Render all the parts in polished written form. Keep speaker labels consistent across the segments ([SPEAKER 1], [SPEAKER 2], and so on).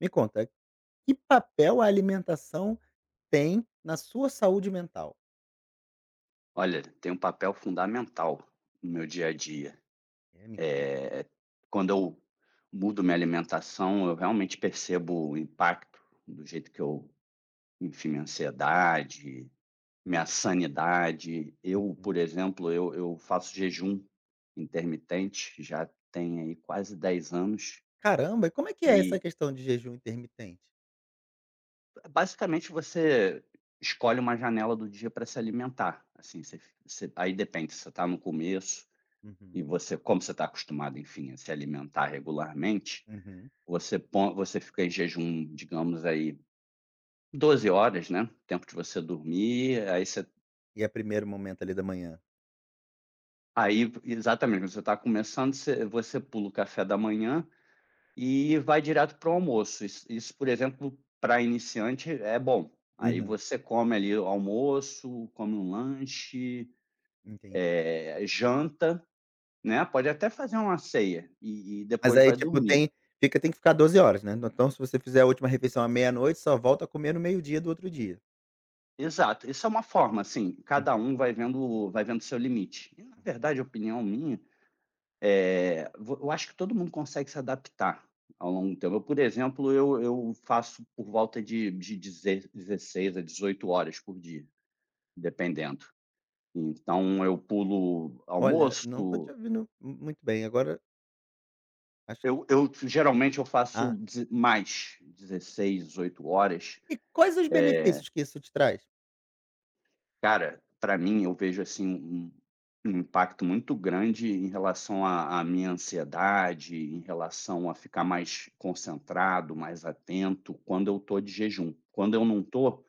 [SPEAKER 1] Me conta, que papel a alimentação tem na sua saúde mental?
[SPEAKER 2] Olha, tem um papel fundamental no meu dia a dia.
[SPEAKER 1] É, me conta.
[SPEAKER 2] Eh, quando eu mudo minha alimentação, eu realmente percebo o impacto do jeito que eu enfim, minha ansiedade, minha sanidade. Eu, por exemplo, eu faço jejum intermitente, já tem aí quase 10 anos,
[SPEAKER 1] Caramba, e como é que é
[SPEAKER 2] e
[SPEAKER 1] essa questão de jejum intermitente?
[SPEAKER 2] basicamente você escolhe uma janela do dia para se alimentar, assim, você aí depende se você está no começo.
[SPEAKER 1] Uhum,
[SPEAKER 2] E você, como você está acostumado, enfim, a se alimentar regularmente,
[SPEAKER 1] uhum.
[SPEAKER 2] você fica em jejum, digamos aí, 12 horas, né, tempo de você dormir, aí você
[SPEAKER 1] E é primeiro momento ali da manhã.
[SPEAKER 2] aí exatamente, quando você está começando, você pula o café da manhã e vai direto para o almoço. Isso, por exemplo, para iniciante é bom. Aí
[SPEAKER 1] Uhum,
[SPEAKER 2] você come ali o almoço, come um lanche,
[SPEAKER 1] entendi.
[SPEAKER 2] janta, né, pode até fazer uma ceia e
[SPEAKER 1] Mas
[SPEAKER 2] depois
[SPEAKER 1] aí,
[SPEAKER 2] vai
[SPEAKER 1] tipo,
[SPEAKER 2] dormir.
[SPEAKER 1] tem fica tem que ficar 12 horas, né. Então se você fizer a última refeição à meia-noite, só volta a comer no meio-dia do outro dia.
[SPEAKER 2] Exato, isso é uma forma, assim,
[SPEAKER 1] Uhum.
[SPEAKER 2] cada um vai vendo o seu limite. E na verdade, a opinião minha, eh, vo eu acho que todo mundo consegue se adaptar ao longo do tempo. Eu, por exemplo, eu faço por volta de deze 16 a 18 horas por dia, dependendo. Então eu pulo
[SPEAKER 1] Olha,
[SPEAKER 2] almoço,
[SPEAKER 1] não tô te ouvindo mu muito bem, agora acho
[SPEAKER 2] eu geralmente eu faço
[SPEAKER 1] ah,
[SPEAKER 2] 16, 18 horas.
[SPEAKER 1] e quais os benefícios que isso te traz?
[SPEAKER 2] Cara, para mim eu vejo, assim, um impacto muito grande em relação à minha ansiedade, em relação a ficar mais concentrado, mais atento, quando eu estou de jejum. Quando eu não estou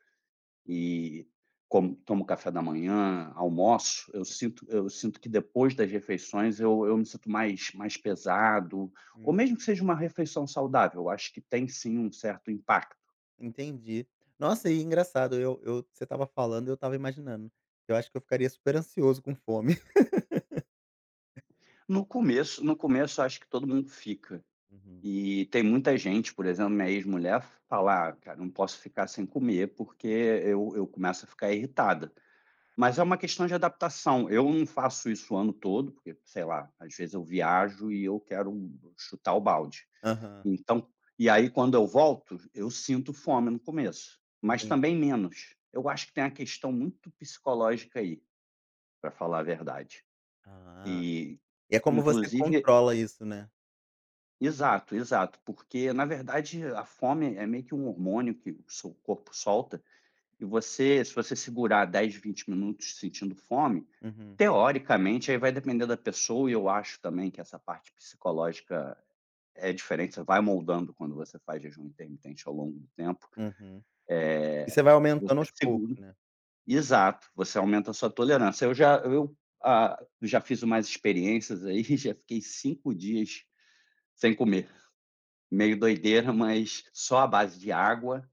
[SPEAKER 2] e como tomo café da manhã, almoço, eu sinto que depois das refeições eu me sinto mais pesado, ou mesmo que seja uma refeição saudável, eu acho que tem sim um certo impacto.
[SPEAKER 1] Entendi. Nossa, e engraçado, eu você estava falando e eu estava imaginando. Eu acho que eu ficaria super ansioso com fome.
[SPEAKER 2] No começo eu acho que todo mundo fica.
[SPEAKER 1] Uhum.
[SPEAKER 2] E tem muita gente, por exemplo, minha ex-mulher fala: "Ah, cara, não posso ficar sem comer porque eu começo a ficar irritada". Mas é uma questão de adaptação. Eu não faço isso o ano todo, porque, sei lá, às vezes eu viajo e eu quero chutar o balde.
[SPEAKER 1] Aham,
[SPEAKER 2] Então e aí quando eu volto, eu sinto fome no começo, mas
[SPEAKER 1] entendi.
[SPEAKER 2] também menos. Eu acho que tem uma questão muito psicológica aí, para falar a verdade.
[SPEAKER 1] Ah,
[SPEAKER 2] E,
[SPEAKER 1] e é como você
[SPEAKER 2] inclusive.
[SPEAKER 1] controla isso, né.
[SPEAKER 2] Exato, exato, porque na verdade a fome é meio que um hormônio que o seu corpo solta e você, se você segurar 10, 20 minutos sentindo fome,
[SPEAKER 1] Uhum,
[SPEAKER 2] teoricamente, aí vai depender da pessoa e eu acho também que essa parte psicológica é diferente, você vai moldando quando você faz jejum intermitente ao longo do tempo,
[SPEAKER 1] uhum. E você vai
[SPEAKER 2] você
[SPEAKER 1] aumentando aos poucos,
[SPEAKER 2] segura,
[SPEAKER 1] né.
[SPEAKER 2] exato, você aumenta a sua tolerância. Eu já fiz umas experiências aí, já fiquei 5 dias sem comer. Meio doideira, mas só à base de água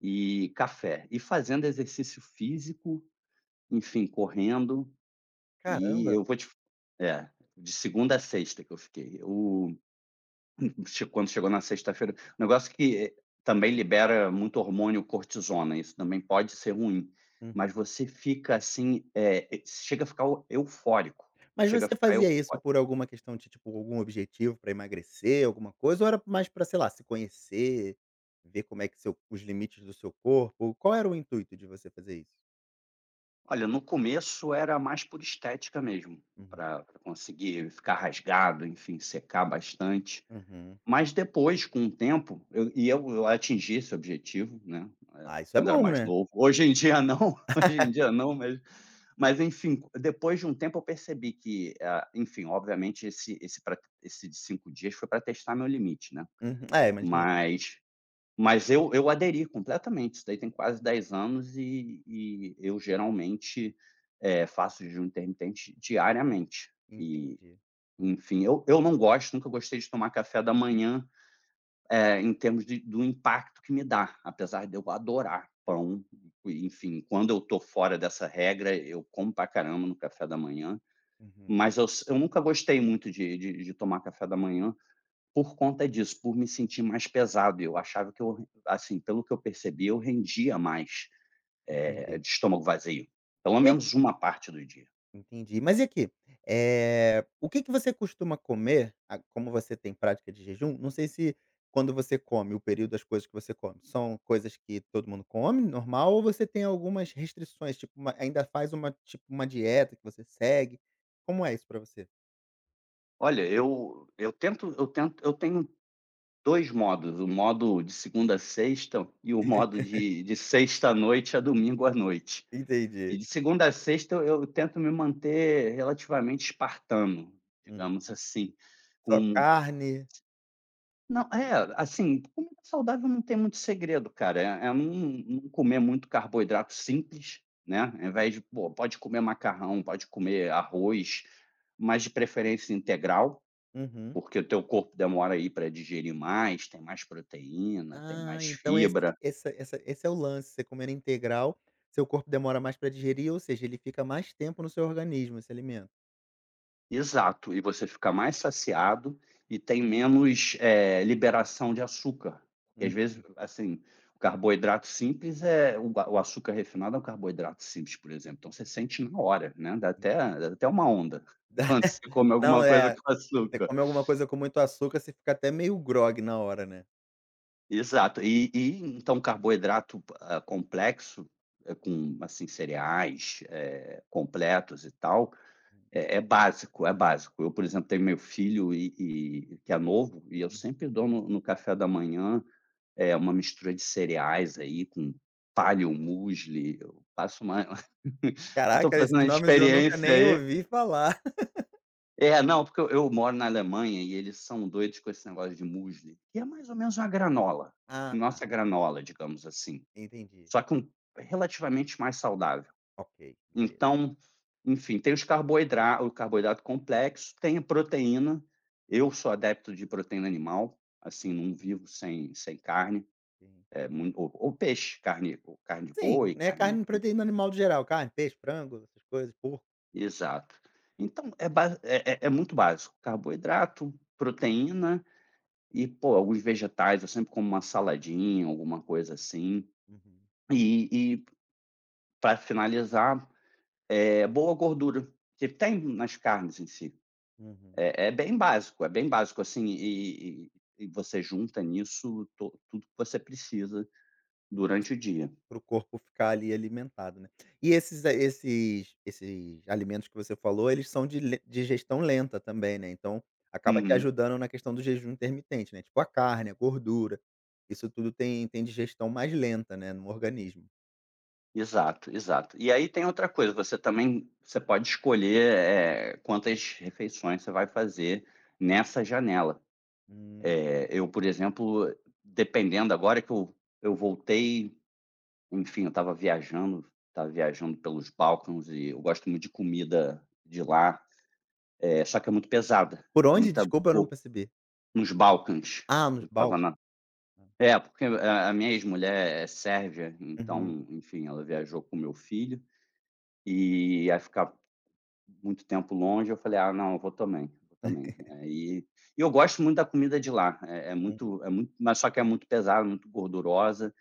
[SPEAKER 2] e café. E fazendo exercício físico, enfim, correndo. E
[SPEAKER 1] Caramba!
[SPEAKER 2] eu vou te. É, de segunda a sexta que eu fiquei. O, quando chegou na sexta-feira, um negócio que também libera muito hormônio cortisona, isso também pode ser ruim.
[SPEAKER 1] Uhum.
[SPEAKER 2] Mas você fica assim, é, chega a ficar eufórico.
[SPEAKER 1] Mas
[SPEAKER 2] Chega a
[SPEAKER 1] você
[SPEAKER 2] ficar
[SPEAKER 1] fazia isso
[SPEAKER 2] eufórico.
[SPEAKER 1] por alguma questão de, tipo, algum objetivo pra emagrecer, alguma coisa, ou era mais pra, sei lá, se conhecer, ver como é que seu os limites do seu corpo? Qual era o intuito de você fazer isso?
[SPEAKER 2] Olha, no começo era mais por estética mesmo,
[SPEAKER 1] Uhum,
[SPEAKER 2] para conseguir ficar rasgado, enfim, secar bastante.
[SPEAKER 1] uhum.
[SPEAKER 2] Mas depois, com o tempo, eu e eu eu atingi esse objetivo, né,
[SPEAKER 1] Ah, isso é
[SPEAKER 2] quando era
[SPEAKER 1] bom,
[SPEAKER 2] mais
[SPEAKER 1] né?
[SPEAKER 2] novo. Hoje em dia não, hoje em dia não, mas enfim, depois de um tempo eu percebi que, ah, enfim, obviamente esse de 5 dias foi para testar meu limite, né.
[SPEAKER 1] Uhum. Ah, é, imaginei.
[SPEAKER 2] Mas mas eu aderi completamente, isso daí tem quase 10 anos e eu geralmente, faço jejum intermitente diariamente. E,
[SPEAKER 1] Entendi.
[SPEAKER 2] enfim, eu não gosto, nunca gostei de tomar café da manhã, em termos de do impacto que me dá, apesar de eu adorar pão. E, enfim, quando eu estou fora dessa regra, eu como pra caramba no café da manhã,
[SPEAKER 1] Uhum.
[SPEAKER 2] mas eu nunca gostei muito de tomar café da manhã. Por conta disso, por me sentir mais pesado, eu achava que eu assim, pelo que eu percebi, eu rendia mais,
[SPEAKER 1] Entendi.
[SPEAKER 2] de estômago vazio, pelo
[SPEAKER 1] E a
[SPEAKER 2] menos uma parte do dia.
[SPEAKER 1] Entendi. Mas e aqui, o que que você costuma comer a como você tem prática de jejum, não sei se quando você come, o período das coisas que você come, são coisas que todo mundo come, normal, ou você tem algumas restrições, tipo uma ainda faz uma tipo uma dieta que você segue? Como é isso pra você?
[SPEAKER 2] Olha, eu tenho 2 modos, o modo de segunda a sexta e o modo de sexta à noite a domingo à noite. E
[SPEAKER 1] Entendi.
[SPEAKER 2] de segunda a sexta eu tento me manter relativamente espartano,
[SPEAKER 1] Uhum.
[SPEAKER 2] digamos assim,
[SPEAKER 1] Só
[SPEAKER 2] com.
[SPEAKER 1] carne?
[SPEAKER 2] Não, é, assim, comida saudável não tem muito segredo, cara. É não comer muito carboidrato simples, né, ao invés de pô, pode comer macarrão, pode comer arroz, mas de preferência integral,
[SPEAKER 1] Uhum.
[SPEAKER 2] porque o teu corpo demora aí para digerir mais, tem mais proteína, tem
[SPEAKER 1] Ah,
[SPEAKER 2] mais
[SPEAKER 1] então esse
[SPEAKER 2] fibra.
[SPEAKER 1] essa essa esse é o lance, você comendo integral, seu corpo demora mais para digerir, ou seja, ele fica mais tempo no seu organismo, esse alimento.
[SPEAKER 2] Exato, e você fica mais saciado e tem menos, liberação de açúcar, e às
[SPEAKER 1] Hum,
[SPEAKER 2] vezes, assim, o carboidrato simples é o açúcar refinado é um carboidrato simples, por exemplo, então você sente na hora, né, dá até uma onda quando você come
[SPEAKER 1] não,
[SPEAKER 2] alguma coisa
[SPEAKER 1] é,
[SPEAKER 2] com
[SPEAKER 1] você
[SPEAKER 2] açúcar.
[SPEAKER 1] come alguma coisa com muito açúcar, você fica até meio grogue na hora, né.
[SPEAKER 2] Exato, e então carboidrato, complexo, com, assim, cereais, completos e tal. É básico, é básico. Eu, por exemplo, tenho meu filho e que é novo, e eu
[SPEAKER 1] Uhum.
[SPEAKER 2] sempre dou no café da manhã, é uma mistura de cereais aí com paleo, musli, eu faço uma eu tô
[SPEAKER 1] Caraca,
[SPEAKER 2] fazendo
[SPEAKER 1] esses
[SPEAKER 2] uma
[SPEAKER 1] nomes eu nunca
[SPEAKER 2] experiência
[SPEAKER 1] nem
[SPEAKER 2] aí
[SPEAKER 1] ouvi falar.
[SPEAKER 2] é, não, porque eu moro na Alemanha e eles são doidos com esse negócio de musli, que é mais ou menos uma granola, a
[SPEAKER 1] Ah,
[SPEAKER 2] nossa
[SPEAKER 1] tá,
[SPEAKER 2] granola, digamos assim,
[SPEAKER 1] entendi.
[SPEAKER 2] só que um relativamente mais saudável.
[SPEAKER 1] Ok, beleza.
[SPEAKER 2] Então, enfim, tem os carboidratos o carboidrato complexo, tem a proteína. Eu sou adepto de proteína animal, assim, não vivo sem carne,
[SPEAKER 1] Sim.
[SPEAKER 2] eh, mui ou peixe, carne ou carne de
[SPEAKER 1] Sim,
[SPEAKER 2] boi,
[SPEAKER 1] né,
[SPEAKER 2] carne,
[SPEAKER 1] carne, proteína animal de geral, carne, peixe, frango, essas coisas, porco.
[SPEAKER 2] exato. Então é basi é é é muito básico, carboidrato, proteína e, pô, alguns vegetais, eu sempre como uma saladinha, alguma coisa assim.
[SPEAKER 1] Uhum,
[SPEAKER 2] E e pra finalizar, é boa gordura, que tem nas carnes em si.
[SPEAKER 1] uhum.
[SPEAKER 2] É bem básico, é bem básico, assim, e você junta nisso to tudo que você precisa durante o dia.
[SPEAKER 1] Para o corpo ficar ali alimentado, né. E esses eh, esses esses alimentos que você falou, eles são de le digestão lenta também, né, então acaba te
[SPEAKER 2] Uhum.
[SPEAKER 1] ajudando na questão do jejum intermitente, né, tipo a carne, a gordura, isso tudo tem digestão mais lenta, né, no organismo.
[SPEAKER 2] Exato, exato. E aí tem outra coisa, você pode escolher, quantas refeições você vai fazer nessa janela.
[SPEAKER 1] Hum.
[SPEAKER 2] Eu, por exemplo, dependendo agora que eu voltei, enfim, eu estava viajando pelos Balcãs e eu gosto muito de comida de lá, só que é muito pesada,
[SPEAKER 1] Por onde?
[SPEAKER 2] muita
[SPEAKER 1] Desculpa, eu não percebi.
[SPEAKER 2] Nos Balcãs,
[SPEAKER 1] Ah,
[SPEAKER 2] eu
[SPEAKER 1] nos bal
[SPEAKER 2] estava na
[SPEAKER 1] ah,
[SPEAKER 2] é, porque a minha ex-mulher é sérvia,
[SPEAKER 1] uhum,
[SPEAKER 2] então, enfim, ela viajou com meu filho, e ia ficar muito tempo longe, eu falei: "Ah, não, eu vou também, vou também". Aí e eu gosto muito da comida de lá, é é
[SPEAKER 1] uhum,
[SPEAKER 2] muito é muito mas só que é muito pesada, muito gordurosa,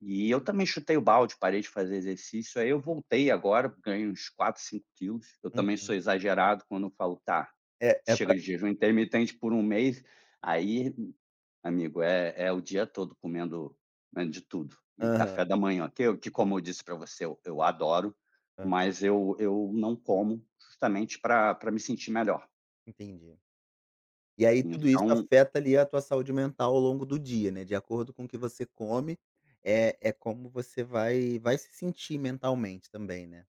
[SPEAKER 2] e eu também chutei o balde, parei de fazer exercício, aí eu voltei agora, ganhei uns 4 5 quilos, eu também
[SPEAKER 1] uhum.
[SPEAKER 2] sou exagerado quando eu falo: "Tá,
[SPEAKER 1] É é
[SPEAKER 2] chega
[SPEAKER 1] pra
[SPEAKER 2] de jejum intermitente por um mês". Aí Amigo, é o dia todo comendo, né, de tudo. E
[SPEAKER 1] aham,
[SPEAKER 2] café da manhã, que como eu disse para você, eu adoro,
[SPEAKER 1] hã,
[SPEAKER 2] mas eu não como justamente para pra me sentir melhor.
[SPEAKER 1] entendi. E aí tudo isso
[SPEAKER 2] Então
[SPEAKER 1] afeta ali a tua saúde mental ao longo do dia, né, de acordo com o que você come, é é como você vai se sentir mentalmente também, né.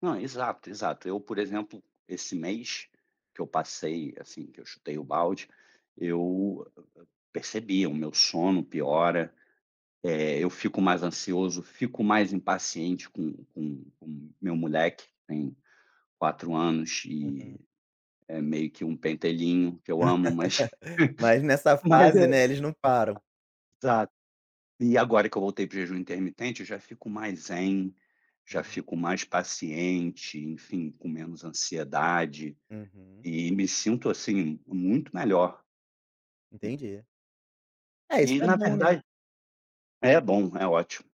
[SPEAKER 2] não, exato, exato. Eu, por exemplo, esse mês que eu passei, assim, que eu chutei o balde, eu percebi, o meu sono piora, eu fico mais ansioso, fico mais impaciente com meu moleque, que tem 4 anos, e
[SPEAKER 1] Uhum.
[SPEAKER 2] é meio que um pentelinho, que eu amo, mas
[SPEAKER 1] Mas nessa
[SPEAKER 2] mas
[SPEAKER 1] fase,
[SPEAKER 2] é,
[SPEAKER 1] né, eles não param.
[SPEAKER 2] exato. E agora que eu voltei para jejum intermitente, eu já fico mais zen, já
[SPEAKER 1] Uhum,
[SPEAKER 2] fico mais paciente, enfim, com menos ansiedade,
[SPEAKER 1] uhum,
[SPEAKER 2] e me sinto, assim, muito melhor. E
[SPEAKER 1] entendi. É, isso é
[SPEAKER 2] na
[SPEAKER 1] bom, né.
[SPEAKER 2] verdade é bom, é ótimo,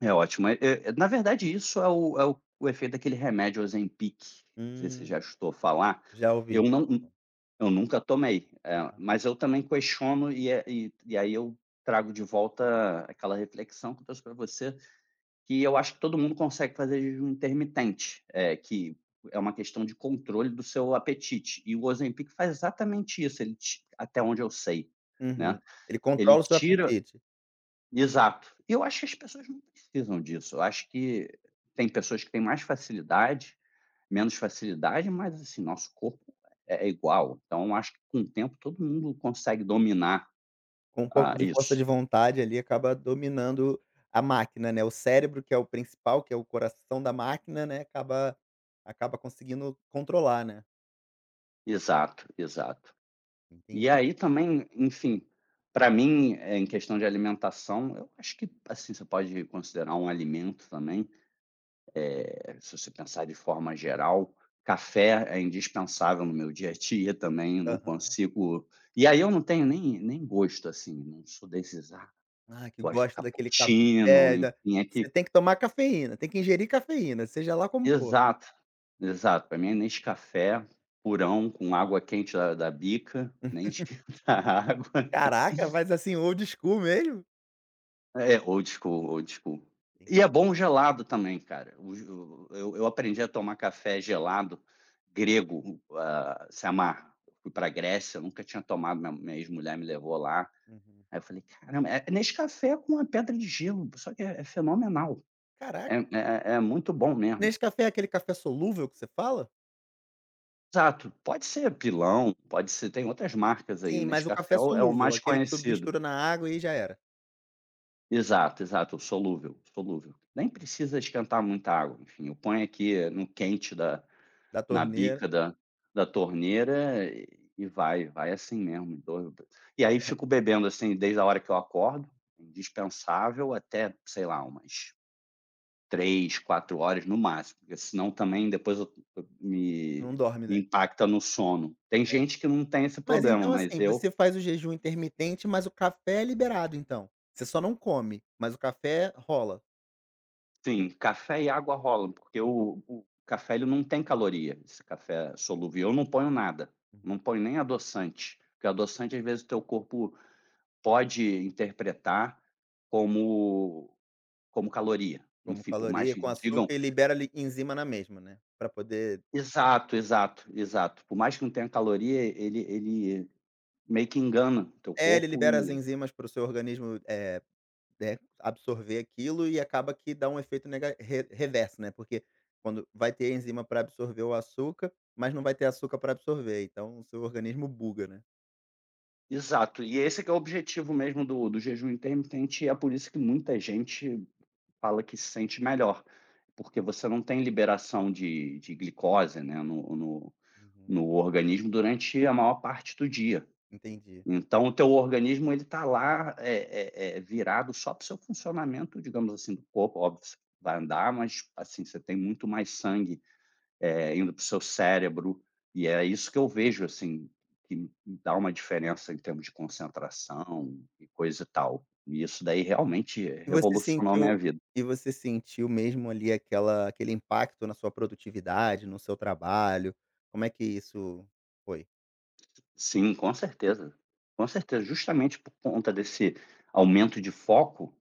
[SPEAKER 2] é ótimo. É na verdade isso é o efeito daquele remédio Ozempic, não sei se você
[SPEAKER 1] Hum,
[SPEAKER 2] já escutou falar.
[SPEAKER 1] já
[SPEAKER 2] Eu
[SPEAKER 1] ouvi, já
[SPEAKER 2] não
[SPEAKER 1] ouvi.
[SPEAKER 2] Eu nunca tomei, mas eu também questiono e aí eu trago de volta aquela reflexão que eu trouxe para você, que eu acho que todo mundo consegue fazer jejum intermitente, que é uma questão de controle do seu apetite, e o Ozempic faz exatamente isso, ele ti até onde eu sei, né,
[SPEAKER 1] Uhum. Ele
[SPEAKER 2] ele
[SPEAKER 1] controla o seu
[SPEAKER 2] tira,
[SPEAKER 1] apetite.
[SPEAKER 2] exato. E eu acho que as pessoas não precisam disso, eu acho que tem pessoas que têm mais facilidade menos facilidade, mas assim, nosso corpo é igual. Então acho que com o tempo todo mundo consegue dominar,
[SPEAKER 1] Com um
[SPEAKER 2] ah,
[SPEAKER 1] pouco de força
[SPEAKER 2] isso.
[SPEAKER 1] de vontade ali, acaba dominando a máquina, né, o cérebro que é o principal, que é o coração da máquina, né, acaba conseguindo controlar, né.
[SPEAKER 2] Exato, exato.
[SPEAKER 1] Entendi.
[SPEAKER 2] E aí também, enfim, para mim, em questão de alimentação, eu acho que, assim, você pode considerar um alimento também, se você pensar de forma geral, café é indispensável no meu dia a dia também, eu não
[SPEAKER 1] Aham.
[SPEAKER 2] consigo e aí eu não tenho nem gosto, assim, não sou desses: "Ah,
[SPEAKER 1] Ah, que
[SPEAKER 2] gosto de
[SPEAKER 1] gosta daquele café,
[SPEAKER 2] cappuccino",
[SPEAKER 1] é, da
[SPEAKER 2] enfim, é
[SPEAKER 1] você
[SPEAKER 2] que.
[SPEAKER 1] tem que tomar cafeína, tem que ingerir cafeína, seja lá como for.
[SPEAKER 2] Exato, exato. Para mim é Nescafé purão com água quente da bica, nem esquenta a água.
[SPEAKER 1] Caraca, mas assim, old school mesmo?
[SPEAKER 2] É, old school, old school.
[SPEAKER 1] Sim.
[SPEAKER 2] E é bom gelado também, cara. O eu aprendi a tomar café gelado grego, ah, se amar. Eu fui para Grécia, eu nunca tinha tomado, minha ex-mulher me levou lá.
[SPEAKER 1] Uhum.
[SPEAKER 2] Aí eu falei: "Caramba, é Nescafé com a pedra de gelo, só que é fenomenal, é
[SPEAKER 1] Caraca.
[SPEAKER 2] é é muito bom mesmo".
[SPEAKER 1] Nescafé é aquele café solúvel que você fala?
[SPEAKER 2] Exato, pode ser Pilão, pode ser tem outras marcas aí,
[SPEAKER 1] Sim, mas o
[SPEAKER 2] Nescafé é
[SPEAKER 1] café
[SPEAKER 2] o é o
[SPEAKER 1] solúvel,
[SPEAKER 2] mais
[SPEAKER 1] aquele que tu
[SPEAKER 2] conhecido.
[SPEAKER 1] mistura na água e já era,
[SPEAKER 2] Exato, exato, o solúvel, solúvel. Nem precisa esquentar muita água, enfim, eu ponho aqui no quente da
[SPEAKER 1] da
[SPEAKER 2] na
[SPEAKER 1] torneira,
[SPEAKER 2] bica da torneira e vai assim mesmo, e aí fico bebendo, assim, desde a hora que eu acordo, indispensável, até, sei lá, umas 3, 4 horas no máximo, porque senão também depois eu
[SPEAKER 1] não
[SPEAKER 2] me
[SPEAKER 1] dorme,
[SPEAKER 2] me
[SPEAKER 1] né?
[SPEAKER 2] impacta no sono. Tem
[SPEAKER 1] É.
[SPEAKER 2] gente que não tem esse
[SPEAKER 1] Mas
[SPEAKER 2] problema,
[SPEAKER 1] então,
[SPEAKER 2] mas
[SPEAKER 1] assim,
[SPEAKER 2] eu
[SPEAKER 1] você faz o jejum intermitente, mas o café é liberado então? Você só não come, mas o café rola?
[SPEAKER 2] sim, café e água rolam, porque o café ele não tem caloria, esse café solúvel, eu não ponho nada, não
[SPEAKER 1] Uhum.
[SPEAKER 2] ponho nem adoçante, porque adoçante às vezes o teu corpo pode interpretar como como caloria,
[SPEAKER 1] Como
[SPEAKER 2] enfim, por mais
[SPEAKER 1] caloria,
[SPEAKER 2] que
[SPEAKER 1] com
[SPEAKER 2] digam,
[SPEAKER 1] açúcar e libera ali enzima na mesma, né, pra poder
[SPEAKER 2] exato, exato, exato, por mais que não tenha caloria ele meio que engana teu
[SPEAKER 1] é, ele
[SPEAKER 2] corpo
[SPEAKER 1] libera as
[SPEAKER 2] e,
[SPEAKER 1] enzimas para o seu organismo, é né, absorver aquilo e acaba que dá um efeito nega re reverso, né, porque quando vai ter enzima para absorver o açúcar, mas não vai ter açúcar para absorver, então o seu organismo buga, né.
[SPEAKER 2] exato, e esse que é o objetivo mesmo do jejum intermitente, e é por isso que muita gente fala que se sente melhor, porque você não tem liberação de glicose, né, no no
[SPEAKER 1] Uhum.
[SPEAKER 2] no organismo durante a maior parte do dia.
[SPEAKER 1] Entendi.
[SPEAKER 2] Então o teu organismo ele tá lá, virado só para o seu funcionamento, digamos assim, do corpo, óbvio, você vai andar, mas, assim, você tem muito mais sangue, é, indo para o seu cérebro, e é isso que eu vejo, assim, que dá uma diferença em termos de concentração e coisa e tal. E isso daí realmente
[SPEAKER 1] E você
[SPEAKER 2] revolucionou a
[SPEAKER 1] sentiu
[SPEAKER 2] minha vida.
[SPEAKER 1] e você sentiu mesmo ali aquela aquele impacto na sua produtividade, no seu trabalho? Como é que isso foi?
[SPEAKER 2] Sim, com certeza. Com certeza. Justamente por conta desse aumento de foco,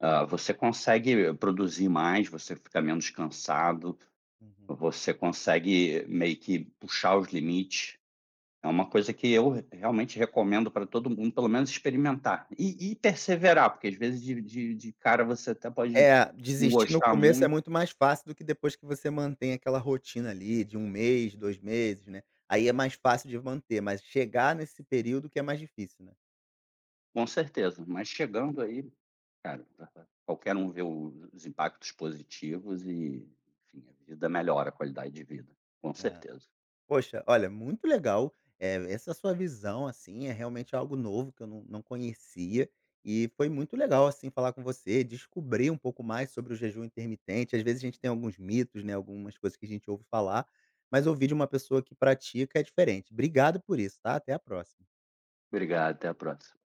[SPEAKER 2] ah, você consegue produzir mais, você fica menos cansado,
[SPEAKER 1] Uhum.
[SPEAKER 2] você consegue meio que puxar os limites. É uma coisa que eu re realmente recomendo para todo mundo, pelo menos experimentar e perseverar, porque às vezes de cara você até pode
[SPEAKER 1] É,
[SPEAKER 2] não
[SPEAKER 1] desistir no
[SPEAKER 2] gostar
[SPEAKER 1] começo é
[SPEAKER 2] muito,
[SPEAKER 1] muito mais fácil do que depois que você mantém aquela rotina ali de 1 mês, 2 meses, né. Aí é mais fácil de manter, mas chegar nesse período que é mais difícil,
[SPEAKER 2] com certeza, mas chegando aí, cara, qualquer um vê o os impactos positivos e, enfim, a vida melhora, a qualidade de vida, com
[SPEAKER 1] né.
[SPEAKER 2] certeza.
[SPEAKER 1] Poxa, olha, muito legal, essa sua visão, assim, é realmente algo novo que eu não conhecia, e foi muito legal, assim, falar com você, descobrir um pouco mais sobre o jejum intermitente. Às vezes a gente tem alguns mitos, né, algumas coisas que a gente ouve falar, mas ouvir de uma pessoa que pratica é diferente. Obrigado por isso, tá? Até a próxima.
[SPEAKER 2] Obrigado, até a próxima.